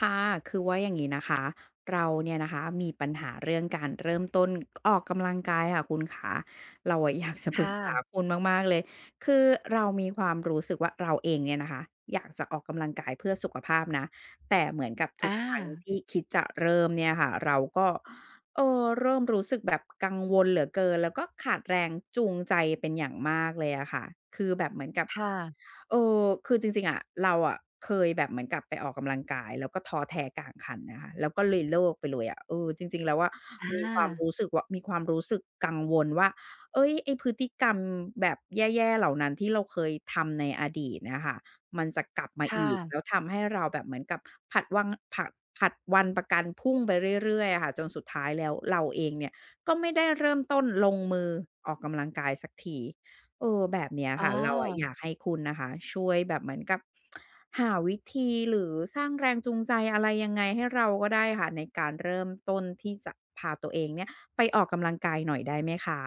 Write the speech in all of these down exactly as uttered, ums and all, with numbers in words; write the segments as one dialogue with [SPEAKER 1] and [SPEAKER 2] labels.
[SPEAKER 1] ค่ะคือว่าอย่างงี้นะคะ เราเนี่ยนะคะมีปัญหาเรื่องการเริ่มต้นออกกำลังกายค่ะคุณขาเราอะ อยากจะปรึก
[SPEAKER 2] ค่ะ
[SPEAKER 1] ษาคุณมากๆเลย คือเรามีความรู้สึกว่าเราเองเนี่ยนะคะ อยากจะออกกำลังกายเพื่อสุขภาพนะ แต่เหมือนกับ
[SPEAKER 2] อ
[SPEAKER 1] ทุกครั้ง
[SPEAKER 2] า
[SPEAKER 1] ที่คิดจะเริ่มเนี่ยค่ะเราก็ เออเริ่มรู้สึกแบบกังวลเหลือเกินแล้วก็ขาดแรงจูงใจเป็นอย่างมากเลยอะค่ะคือแบบเหมือนกับ
[SPEAKER 2] ค่ะ
[SPEAKER 1] เออคือจริงๆอะเราอะเคยแบบเหมือนกับไปออกกำลังกายแล้วก็ท้อแท้กลางคันนะคะแล้วก็เลยเลิกไปเลยอะเออจริงๆแล้วอะ
[SPEAKER 2] อ
[SPEAKER 1] มีความรู้
[SPEAKER 2] า
[SPEAKER 1] สึกว่ามีความรู้สึกกังวลว่าเฮ้ยไอ้พฤติกรรมแบบแย่ๆเหล่านั้นที่เราเคยทำในอดีตน่ะค่ะ มันจะกลับมา
[SPEAKER 2] ค่ะ
[SPEAKER 1] อีกแล้วทำให้เราแบบเหมือนกับผัดวังผัดผัดวันประกันพรุ่งไปเรื่อยๆอะค่ะจนสุดท้ายแล้วเราเองเนี่ยก็ไม่ได้เริ่มต้นลงมือออกกำลังกายสักทีเออแบบเนี้ย
[SPEAKER 2] อ๋อ
[SPEAKER 1] ค่ะเราอะอยากให้คุณนะคะช่วยแบบเหมือนกับหาวิธีหรือสร้างแรงจูงใจอะไรยังไงให้เราก็ได้ค่ะในการเริ่มต้นที่จะพาตัวเองเนี่ยไปออกกำลังกายหน่อยได้ไหมคะ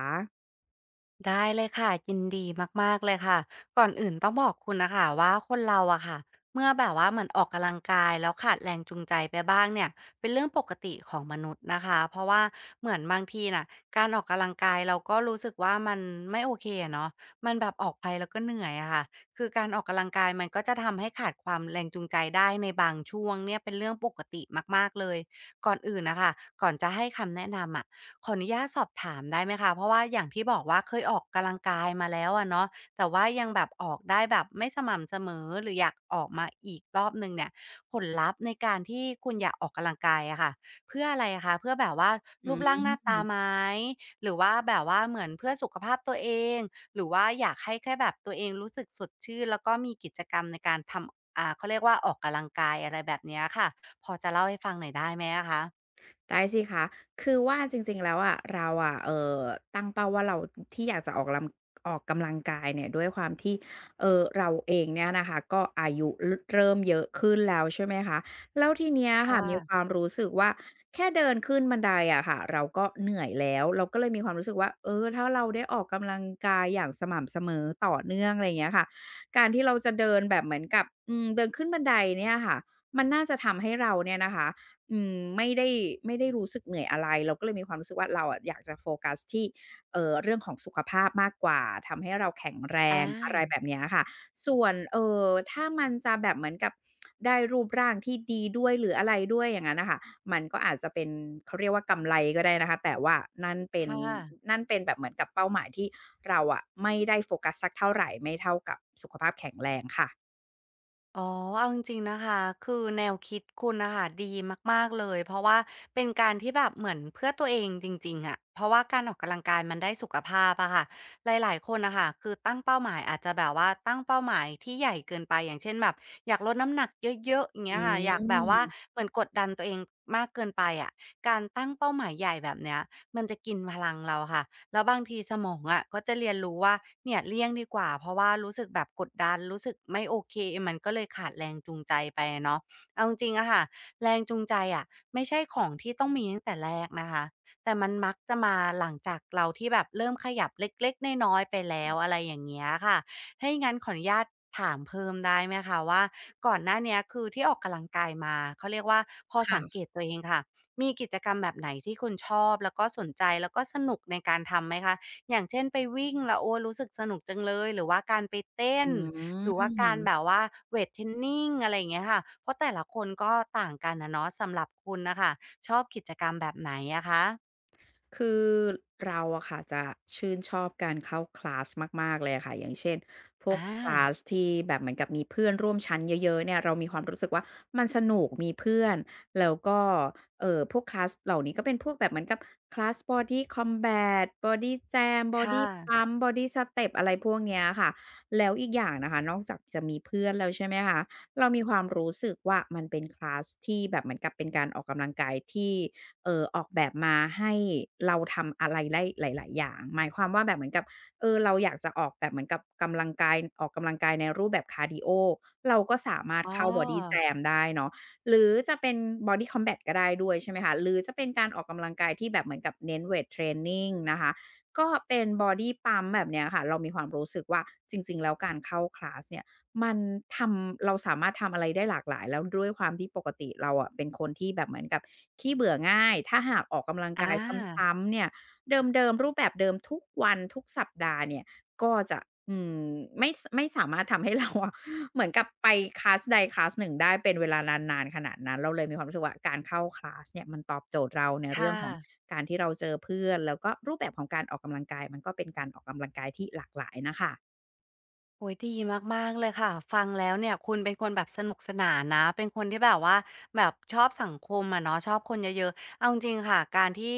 [SPEAKER 2] ได้เลยค่ะยินดีมากๆเลยค่ะก่อนอื่นต้องบอกคุณนะคะว่าคนเราอะค่ะเมื่อแบบว่าเหมือนออกกำลังกายแล้วขาดแรงจูงใจไปบ้างเนี่ยเป็นเรื่องปกติของมนุษย์นะคะเพราะว่าเหมือนบางทีน่ะการออกกำลังกายเราก็รู้สึกว่ามันไม่โอเคอะเนาะมันแบบออกไปแล้วก็เหนื่อยอะค่ะคือการออกกำลังกายมันก็จะทำให้ขาดความแรงจูงใจได้ในบางช่วงเนี่ยเป็นเรื่องปกติมากๆเลยก่อนอื่นนะคะก่อนจะให้คำแนะนำอะ ขออนุญาตสอบถามได้ไหมคะ เพราะว่าอย่างที่บอกว่าเคยออกกำลังกายมาแล้วอะเนาะแต่ว่ายังแบบออกได้แบบไม่สม่ำเสมอหรืออยากออกมาอีกรอบหนึ่งเนี่ยผลลัพธ์ในการที่คุณอยากออกกำลังกายอะค่ะเพื่ออะไรอะคะเพื่อแบบว่า
[SPEAKER 1] อื
[SPEAKER 2] รูปร่างห
[SPEAKER 1] ม
[SPEAKER 2] น้าตาไหมหรือว่าแบบว่าเหมือนเพื่อสุขภาพตัวเอง หรือว่าอยากให้แค่แบบตัวเองรู้สึกสดชื่นแล้วก็มีกิจกรรมในการทำอ่าเขาเรียกว่าออกกำลังกายอะไรแบบเนี้ยค่ะพอจะเล่าให้ฟังหน่อยได้ไหมอะคะ
[SPEAKER 1] ได้สิคะ คือว่าจริงๆแล้วอะเราอะเอ่อตั้งเป้าว่าเราที่อยากจะออกลำออกกำลังกายเนี่ยด้วยความที่เอ่อเราเองเนี่ยนะคะก็อายุรเริ่มเยอะขึ้นแล้วใช่ไหมคะแล้วทีเนี้ยค่ะ
[SPEAKER 2] ค่ะ
[SPEAKER 1] มีความรู้สึกว่าแค่เดินขึ้นบันไดอะค่ะเราก็เหนื่อยแล้วเราก็เลยมีความรู้สึกว่าเออถ้าเราได้ออกกำลังกายอย่างสม่ำเสมอต่อเนื่องอะไรอย่างเงี้ยค่ะการที่เราจะเดินแบบเหมือนกับอืมเดินขึ้นบันไดเนี่ยค่ะมันน่าจะทำให้เราเนี่ยนะคะ อืมไม่ได้ไม่ได้รู้สึกเหนื่อยอะไรเราก็เลยมีความรู้สึกว่าเราอะอยากจะโฟกัสที่เอ่อเรื่องของสุขภาพมากกว่าทำให้เราแข็งแร
[SPEAKER 2] อ
[SPEAKER 1] งอะไร
[SPEAKER 2] า
[SPEAKER 1] แบบเนี้ยค่ะส่วนเอ่อถ้ามันจะแบบเหมือนกับได้รูปร่างที่ดีด้วยหรืออะไรด้วยอย่างงั้นน่ะค่ะมันก็อาจจะเป็นเขาเรียกว่ากำไรก็ได้นะคะแต่ว่านั่นเป็น
[SPEAKER 2] ค่ะ
[SPEAKER 1] นั่นเป็นแบบเหมือนกับเป้าหมายที่เราอะไม่ได้โฟกัสสักเท่าไรไม่เท่ากับสุขภาพแข็งแรงค่ะ
[SPEAKER 2] อ๋อเอาจริงๆนะคะคือแนวคิดคุณนะคะดีมากๆ เลย เพราะว่าเป็นการที่แบบเหมือนเพื่อตัวเองจริงๆอะเพราะว่าการออกกำลังกายมันได้สุขภาพอะค่ะ หลายๆ คนนะคะคือตั้งเป้าหมายอาจจะแบบว่าตั้งเป้าหมายที่ใหญ่เกินไปอย่างเช่นแบบอยากลดน้ำหนักเยอะๆอย่างเงี้
[SPEAKER 1] อื
[SPEAKER 2] ยค่ะอยากแบบ
[SPEAKER 1] ม
[SPEAKER 2] ว่าเหมือนกดดันตัวเองมากเกินไปอะการตั้งเป้าหมายใหญ่แบบเนี้ยมันจะกินพลังเราค่ะ แล้วบางทีสมองอะก็จะเรียนรู้ว่าเนี่ยเลี่ยงดีกว่าเพราะว่ารู้สึกแบบกดดันรู้สึกไม่โอเคมันก็เลยขาดแรงจูงใจไปอะเนาะเอาจริงๆอะค่ะแรงจูงใจอะไม่ใช่ของที่ต้องมีตั้งแต่แรกนะคะแต่มันมักจะมาหลังจากเราที่แบบเริ่มขยับเล็กๆน้อยๆไปแล้วอะไรอย่างเงี้ยค่ะถ้าอย่างนั้นขออนุญาตถามเพิ่มได้ไหมคะว่าก่อนหน้าเนี้ยคือที่ออกกำลังกายมาเขาเรียกว่าพอสังเก
[SPEAKER 1] ค่ะ
[SPEAKER 2] ตตัวเองค่ะ มีกิจกรรมแบบไหนที่คุณชอบแล้วก็สนใจแล้วก็สนุกในการทำไหมคะอย่างเช่นไปวิ่งแล้วโอ้รู้สึกสนุกจังเลยหรือว่าการไปเต้น
[SPEAKER 1] อื
[SPEAKER 2] หรือว่าการ
[SPEAKER 1] ม
[SPEAKER 2] แบบว่าเวตเทรนนิ n งอะไรอย่างเงี้ยค่ะ เพราะแต่ละคนก็ต่างกันอะเนาะสำหรับคุณน่ะค่ะชอบกิจกรรมแบบไหนอะคะ
[SPEAKER 1] คือเราอะค่ะจะชื่นชอบการเข้าคลาสมากๆเลยอะค่ะอย่างเช่นพวก
[SPEAKER 2] อา
[SPEAKER 1] คลาสที่แบบเหมือนกับมีเพื่อนร่วมชั้นเยอะๆเนี่ยเรามีความรู้สึกว่ามันสนุกมีเพื่อนแล้วก็เอ่อพวกคลาสเหล่านี้ก็เป็นพวกแบบเหมือนกับคลาส Body Combat บอดี้ แจม
[SPEAKER 2] ค่ะ
[SPEAKER 1] บอดี้ พัมพ์ บอดี้ สเต็ป อะไรพวกเนี้ยค่ะแล้วอีกอย่างนะคะนอกจากจะมีเพื่อนแล้วใช่ไหมคะเรามีความรู้สึกว่ามันเป็นคลาสที่แบบเหมือนกับเป็นการออกกำลังกายที่ เอ่อออกแบบมาให้เราทำอะไรได้หลาย ๆ อย่างหมายความว่าแบบเหมือนกับเออเราอยากจะออกแบบเหมือนกับกำลังกายออกกำลังกายในรูปแบบคาร์ดีโอเราก็สามารถ
[SPEAKER 2] อ๋อ
[SPEAKER 1] เข้า Body Jam ได้เนาะหรือจะเป็น Body Combat ก็ได้ด้วยใช่ไหมคะหรือจะเป็นการออกกำลังกายที่แบบเหมือนกับเน้นเวตเทรนนิงนะคะก็เป็น Body Pump แบบเนี้ยค่ะเรามีความรู้สึกว่าจริง ๆ แล้วการเข้าคลาสเนี่ย มันทำเราสามารถทำอะไรได้หลากหลายแล้วด้วยความที่ปกติเราอะเป็นคนที่แบบเหมือนกับขี้เบื่อง่ายถ้าหากออกกำลัง
[SPEAKER 2] อา
[SPEAKER 1] กายซ้ำๆเนี่ยเดิมๆรูปแบบเดิมทุกวันทุกสัปดาห์เนี่ยก็จะอืมไม่สไม่สามารถทำให้เราอะ เหมือนกับไปคลาสใดคลาสหนึ่งได้เป็นเวลานานๆขนาดนั้นเราเลยมีความรู้สึกว่าการเข้าคลาสเนี่ยมันตอบโจทย์เราใน
[SPEAKER 2] ค
[SPEAKER 1] เรื่องของ
[SPEAKER 2] ่ะ
[SPEAKER 1] การที่เราเจอเพื่อนแล้วก็รูปแบบของการออกกำลังกายมันก็เป็นการออกกำลังกายที่หลากหลายน่ะค่ะ
[SPEAKER 2] โอ้ยดีมากๆเลยค่ะฟังแล้วเนี่ยคุณเป็นคนแบบสนุกสนานนะเป็นคนที่แบบว่าแบบชอบสังคมอะเนาะชอบคนเยอะๆเอาจริงๆค่ะการที่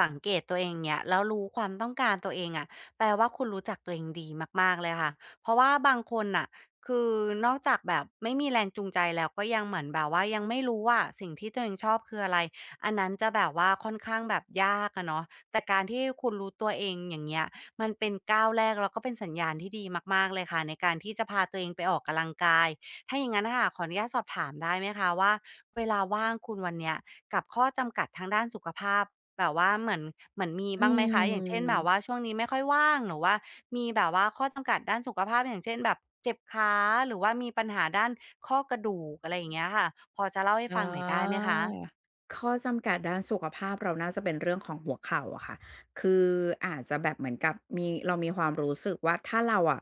[SPEAKER 2] สังเกตตัวเองงเงี้ยแล้วรู้ความต้องการตัวเองอะแปลว่าคุณรู้จักตัวเองดีมากๆเลยค่ะเพราะว่าบางคนน่ะคือนอกจากแบบไม่มีแรงจูงใจแล้วก็ยังเหมือนแบบว่ายังไม่รู้ว่าสิ่งที่ตัวเองชอบคืออะไรอันนั้นจะแบบว่าค่อนข้างแบบยากอะเนาะแต่การที่คุณรู้ตัวเองอย่างเงี้ย มันเป็นก้าวแรกแล้วก็เป็นสัญญาณที่ดีมากๆเลยค่ะในการที่จะพาตัวเองไปออกกำลังกายถ้าอย่างงั้นน่ะค่ะขออนุญาตสอบถามได้ไหมคะว่าเวลาว่างคุณวันเนี้ยกับข้อจำกัดทางด้านสุขภาพแบบว่าเหมือนเหมือนมี
[SPEAKER 1] อื
[SPEAKER 2] บ้างไหมคะอย่างเช่นแบบว่า
[SPEAKER 1] ม
[SPEAKER 2] ช่วงนี้ไม่ค่อยว่างหรือว่ามีแบบว่าข้อจำกัดด้านสุขภาพอย่างเช่นแบบเจ็บขาหรือว่ามีปัญหาด้านข้อกระดูกอะไรอย่างเงี้ยค่ะพอจะเล่าให้
[SPEAKER 1] อา
[SPEAKER 2] ฟังหน่อยได้ไหมคะ
[SPEAKER 1] ข้อจำกัดด้านสุขภาพเราน่าจะเป็นเรื่องของหัวเข่าอะค่ะคืออาจจะแบบเหมือนกับมีเรามีความรู้สึกว่าถ้าเราอะ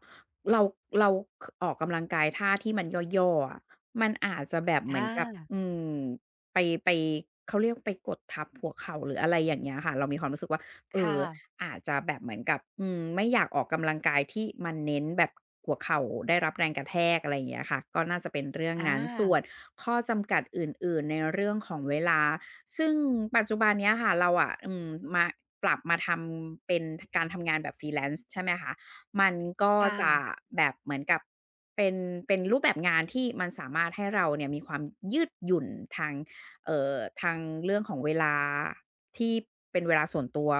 [SPEAKER 1] เราเราคออกกำลังกายท่าที่มันย่อๆอะมันอาจจะแบบเหมือน
[SPEAKER 2] อา
[SPEAKER 1] กับอืมไปไปเขาเรียกไปกดทับหัวเข่าหรืออะไรอย่างเงี้ยค่ะเรามีความรู้สึกว่าเอ่อ
[SPEAKER 2] ค่ะ
[SPEAKER 1] อาจจะแบบเหมือนกับอืมไม่อยากออกกำลังกายที่มันเน้นแบบหัวเข่าได้รับแรงกระแทกอะไรอย่างเงี้ยค่ะก็น่าจะเป็นเรื่อง
[SPEAKER 2] อา
[SPEAKER 1] นั้นส่วน ข้อจำกัดอื่นๆในเรื่องของเวลา ซึ่งปัจจุบันเนี้ยค่ะเราอะอืมมาปรับมาทำเป็นการทำงานแบบ Freelance ใช่ไหมคะมันก็
[SPEAKER 2] ค่ะ
[SPEAKER 1] จะแบบเหมือนกับเป็นเป็นรูปแบบงานที่มันสามารถให้เราเนี่ยมีความยืดหยุ่นทางเอ่อทางเรื่องของเวลาที่เป็นเวลาส่วนตัว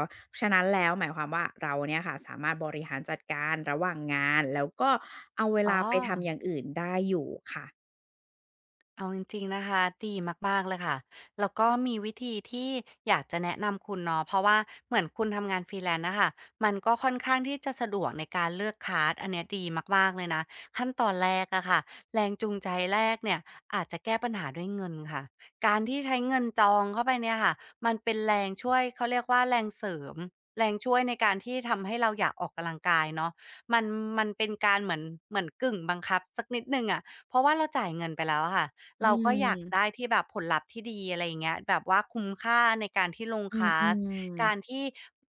[SPEAKER 1] ฉะนั้นแล้วหมายความว่าเราเนี่ยค่ะสามารถบริหารจัดการระหว่างงานแล้วก็เอาเว
[SPEAKER 2] อ๋อ
[SPEAKER 1] ลาไปทำอย่างอื่นได้อยู่ค่ะ
[SPEAKER 2] เอาจริงๆนะคะดีมากๆเลยค่ะแล้วก็มีวิธีที่อยากจะแนะนำคุณเนาะเพราะว่าเหมือนคุณทำงาน Freelance นซ์นะค่ะมันก็ค่อนข้างที่จะสะดวกในการเลือกคลาสอันเนี้ยดีมากๆเลยนะขั้นตอนแรกอะค่ะแรงจูงใจแรกเนี่ยอาจจะแก้ปัญหาด้วยเงินค่ะการที่ใช้เงินจองเข้าไปเนี่ยค่ะมันเป็นแรงช่วยเขาเรียกว่าแรงเสริมแรงช่วยในการที่ทำให้เราอยากออกกำลังกายเนาะมันมันเป็นการเหมือนเหมือนกึ่งบังคับสักนิดนึ่งอะเพราะว่าเราจ่ายเงินไปแล้วอะค่ะ เรา
[SPEAKER 1] อื
[SPEAKER 2] ก็อยากได้
[SPEAKER 1] ม
[SPEAKER 2] ที่แบบผลลัพธ์ที่ดีอะไรอย่างเงี้ยแบบว่าคุ้มค่าในการที่ลงคลา
[SPEAKER 1] อื
[SPEAKER 2] ส
[SPEAKER 1] ม
[SPEAKER 2] การ
[SPEAKER 1] ๆ
[SPEAKER 2] ที่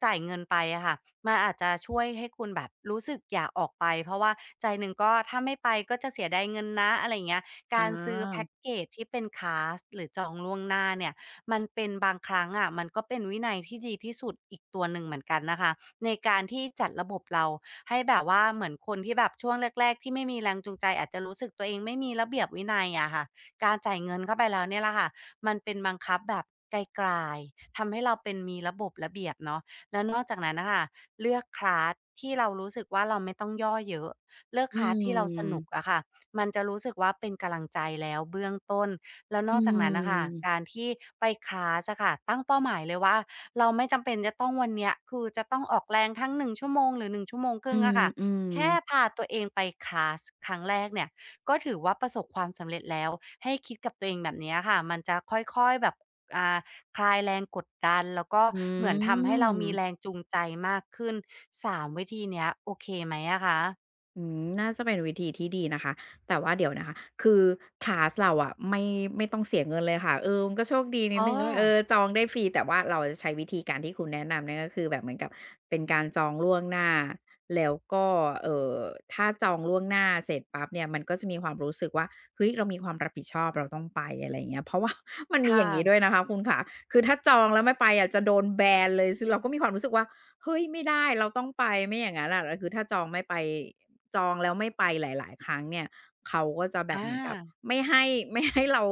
[SPEAKER 2] จ่ายเงินไปอะค่ะมันอาจจะช่วยให้คุณแบบรู้สึกอยากออกไปเพราะว่าใจหนึ่งก็ถ้าไม่ไปก็จะเสียดายเงินนะอะไรอย่างเงี้ย
[SPEAKER 1] อ
[SPEAKER 2] การซื้อแพ็
[SPEAKER 1] า
[SPEAKER 2] กเกจที่เป็นคลาสหรือจองล่วงหน้าเนี่ยมันเป็นบางครั้งอะมันก็เป็นวินัยที่ดีที่สุดอีกตัวหนึ่งเหมือนกันนะคะในการที่จัดระบบเราให้แบบว่าเหมือนคนที่แบบช่วงแรกๆที่ไม่มีแรงจูงใจอาจจะรู้สึกตัวเองไม่มีระเบียบวินัยอะค่ะ การจ่ายเงินเข้าไปแล้วเนี่ยแหละค่ะมันเป็นบังคับแบบไกลๆทำให้เราเป็นมีระบบระเบียบเนาะแล้วนอกจากนั้นนะค่ะเลือกคลาสที่เรารู้สึกว่าเราไม่ต้องย่อเยอะเลือก
[SPEAKER 1] อื
[SPEAKER 2] คลาสที่เราสนุก
[SPEAKER 1] ม
[SPEAKER 2] อะค่ะมันจะรู้สึกว่าเป็นกำลังใจแล้วเบื้องต้นแล้วน
[SPEAKER 1] อื
[SPEAKER 2] อกจากนั้นนะคะกา
[SPEAKER 1] ม
[SPEAKER 2] รที่ไปคลาสอะค่ะตั้งเป้าหมายเลยว่าเราไม่จำเป็นจะต้องวันเนี้ยคือจะต้องออกแรงทั้งหนึ่งชั่วโมงหรือหนึ่งชั่วโมงค
[SPEAKER 1] อื
[SPEAKER 2] รึ่งอะค่ะ
[SPEAKER 1] ม
[SPEAKER 2] แค่พา
[SPEAKER 1] ๆ
[SPEAKER 2] ตัวเองไปคลาสครั้งแรกเนี่ย ก็ถือว่าประสบความสำเร็จแล้วให้คิดกับตัวเองแบบเนี้ยค่ะมันจะค่อยๆแบบอ่าคลายแรงกดดันแล้วก็
[SPEAKER 1] อื
[SPEAKER 2] เหมือนทำให้เรามีแร
[SPEAKER 1] ม
[SPEAKER 2] งจูงใจมากขึ้นสามวิธีเนี้ยโอเคไหมอะคะ
[SPEAKER 1] อืมน่าจะเป็นวิธีที่ดีนะคะแต่ว่าเดี๋ยวนะคะคือคลาสเราอะไม่ไม่ต้องเสียเงินเลยค่ะเออมันก็โชคดีนิ
[SPEAKER 2] อ๋
[SPEAKER 1] ด
[SPEAKER 2] อ
[SPEAKER 1] หนึ่งว่าเออจองได้ฟรีแต่ว่าเราจะใช้วิธีการที่คุณแนะนำเนี่ยก็คือแบบเหมือนกับเป็นการจองล่วงหน้าแล้วก็เอ่อถ้าจองล่วงหน้าเสร็จปั๊บเนี่ยมันก็จะมีความรู้สึกว่าเฮ้ยเรามีความรับผิดชอบเราต้องไปอะไรอย่างเงี้ยเพราะว่า มันมีอ
[SPEAKER 2] ค่ะ
[SPEAKER 1] ย่างงี้ด้วยนะคะคุณขาคือถ้าจองแล้วไม่ไปอะจะโดนแบนเลยซึ่งเราก็มีความรู้สึกว่า เฮ้ยไม่ได้เราต้องไปไม่อย่างงั้นอะแล้วคือถ้าจองไม่ไปจองแล้วไม่ไปหลายๆครั้งเนี่ยเขาก็จะแบ
[SPEAKER 2] อ
[SPEAKER 1] บเหมือนกับ
[SPEAKER 2] า
[SPEAKER 1] ไม่ให้ ไม่ให้เรา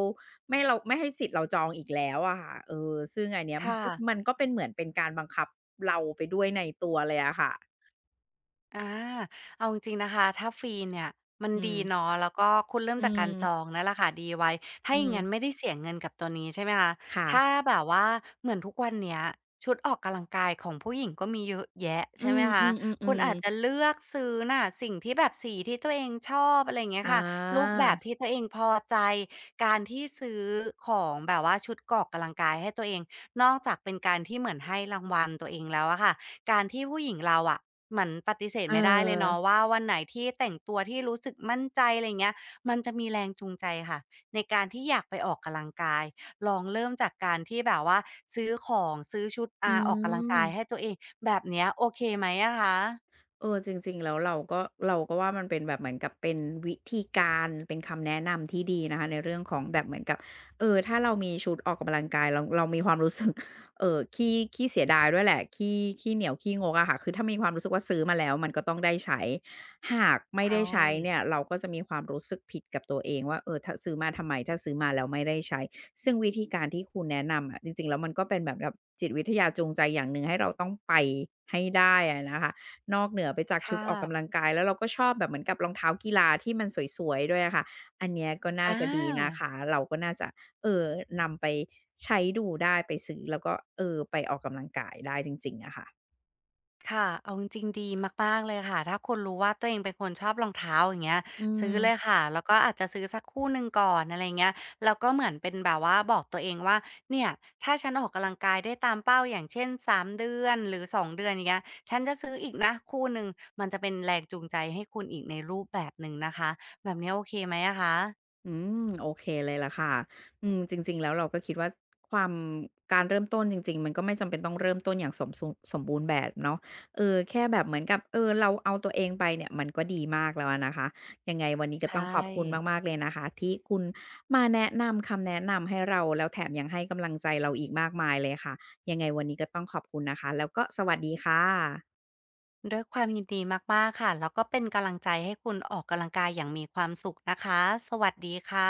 [SPEAKER 1] ไม่ให้เราไม่ให้สิทธิ์เราจองอีกแล้วอะค่ะเออซึ่งอันเนี้ยมัน
[SPEAKER 2] ค่ะ
[SPEAKER 1] ก็มันก็เป็นเหมือนเป็นการบังคับเราไปด้วยในตัวเลยอะค่ะ
[SPEAKER 2] อาเอาจริงๆนะคะถ้าฟรีเนี่ยมัน
[SPEAKER 1] อืม
[SPEAKER 2] ดีเนาะแล้วก็คุณเริ่ม
[SPEAKER 1] อื
[SPEAKER 2] จากการจอง
[SPEAKER 1] ม
[SPEAKER 2] นั่นแหละค่ะดีไว้ถ้า
[SPEAKER 1] อื
[SPEAKER 2] อย่า
[SPEAKER 1] ม
[SPEAKER 2] งงั้นไม่ได้เสียเงินกับตัวนี้ใช่ไหมคะถ้า
[SPEAKER 1] ค่ะ
[SPEAKER 2] แบบว่าเหมือนทุกวันเนี้ยชุดออกกำลังกายของผู้หญิงก็มีเยอะแยะ
[SPEAKER 1] อื
[SPEAKER 2] ใช่ไหม
[SPEAKER 1] ม
[SPEAKER 2] คะคุณ
[SPEAKER 1] ๆ
[SPEAKER 2] อาจ
[SPEAKER 1] ๆ
[SPEAKER 2] จะ
[SPEAKER 1] ๆ
[SPEAKER 2] เลือกซื้อน่ะสิ่งที่แบบสีที่ตัวเองชอบอะไรอย่างเงี้ย
[SPEAKER 1] อา
[SPEAKER 2] ค่ะรูปแบบที่ตัวเองพอใจการที่ซื้อของแบบว่าชุดออกกำลังกายให้ตัวเองนอกจากเป็นการที่เหมือนให้รางวัลตัวเองแล้วอะค่ะการที่ผู้หญิงเราอะ เหมือนปฏิเสธ
[SPEAKER 1] เออ
[SPEAKER 2] ไม่ได้เลยเนาะว่าวันไหนที่แต่งตัวที่รู้สึกมั่นใจอะไรเงี้ยมันจะมีแรงจูงใจค่ะในการที่อยากไปออกกำลังกายลองเริ่มจากการที่แบบว่าซื้อของซื้อชุด
[SPEAKER 1] อื
[SPEAKER 2] อาออกกำลังกายให้
[SPEAKER 1] ม
[SPEAKER 2] ตัวเองแบบเนี้ยโอเคไหมอะคะ
[SPEAKER 1] เออจริงๆแล้วเราก็เราก็ว่ามันเป็นแบบเหมือนกับเป็นวิธีการเป็นคำแนะนำที่ดีนะคะในเรื่องของแบบเหมือนกับเออถ้าเรามีชุดออกกำลังกายเราเรามีความ รู้สึกเอ่อขี้ขี้เสียดายด้วยแหละขี้ขี้เหนียวขี้งกอะค่ะคือถ้ามีความรู้สึกว่าซื้อมาแล้วมันก็ต้องได้ใช้หากไม่ได้
[SPEAKER 2] ใช่
[SPEAKER 1] ใช้เนี่ยเราก็จะมีความรู้สึกผิดกับตัวเองว่าเออถ้าซื้อมาทำไมถ้าซื้อมาแล้วไม่ได้ใช้ซึ่งวิธีการที่คุณแนะนำอะจริงๆแล้วมันก็เป็นแบบแบบจิตวิทยาจูงใจอย่างหนึ่งให้เราต้องไปให้ได้อะนะคะ นอกเหนือไปจากชุด
[SPEAKER 2] ค่ะ
[SPEAKER 1] ออกกำลังกายแล้วเราก็ชอบแบบเหมือนกับรองเท้ากีฬาที่มันสวยๆด้วยอะค่ะ อันเนี้ยก็
[SPEAKER 2] อ
[SPEAKER 1] น่าจะดีนะ
[SPEAKER 2] า
[SPEAKER 1] คะ เราก็น่าจะเอ่อนำไปใช้ดูได้ไปซื้อแล้วก็เออไปออกกำลังกายได้จริงๆอะค่ะ
[SPEAKER 2] ค่ะเอาจริงๆดีมากๆเลยค่ะถ้าคุณรู้ว่าตัวเองเป็นคนชอบรองเท้าอย่างเงี้ย
[SPEAKER 1] อื
[SPEAKER 2] ซื้อเลย
[SPEAKER 1] ม
[SPEAKER 2] ค่ะแล้วก็อาจจะซื้อสักคู่หนึ่งก่อนอะไรเงี้ยแล้วก็เหมือนเป็นแบบว่าบอกตัวเองว่าเนี่ยถ้าฉันออกกำลังกายได้ตามเป้าอย่างเช่นสามเดือนหรือสองเดือนอย่างเงี้ยฉันจะซื้ออีกนะคู่หนึ่งมันจะเป็นแรงจูงใจให้คุณอีกในรูปแบบหนึ่งนะคะแบบนี้โอเคไหมอะคะ
[SPEAKER 1] อืมโอเคเลยล่ะค่ะอืมจริงๆแล้วเราก็คิดว่าความการเริ่มต้นจริงๆมันก็ไม่จำเป็นต้องเริ่มต้นอย่างสมซุสมบูรณ์แบบเนาะเออแค่แบบเหมือนกับเออเราเอาตัวเองไปเนี่ยมันก็ดีมากแล้วอะนะคะยังไงวันนี้ก็ต้
[SPEAKER 2] ใช่
[SPEAKER 1] องขอบคุณมากๆเลยนะคะที่คุณมาแนะนำคำแนะนำให้เราแล้วแถมยังให้กำลังใจเราอีกมากมายเลยค่ะยังไงวันนี้ก็ต้องขอบคุณนะคะแล้วก็สวัสดีค่ะ
[SPEAKER 2] ด้วยความยินดีมากๆค่ะแล้วก็เป็นกำลังใจให้คุณออกกำลังกายอย่างมีความสุขนะคะสวัสดีค่ะ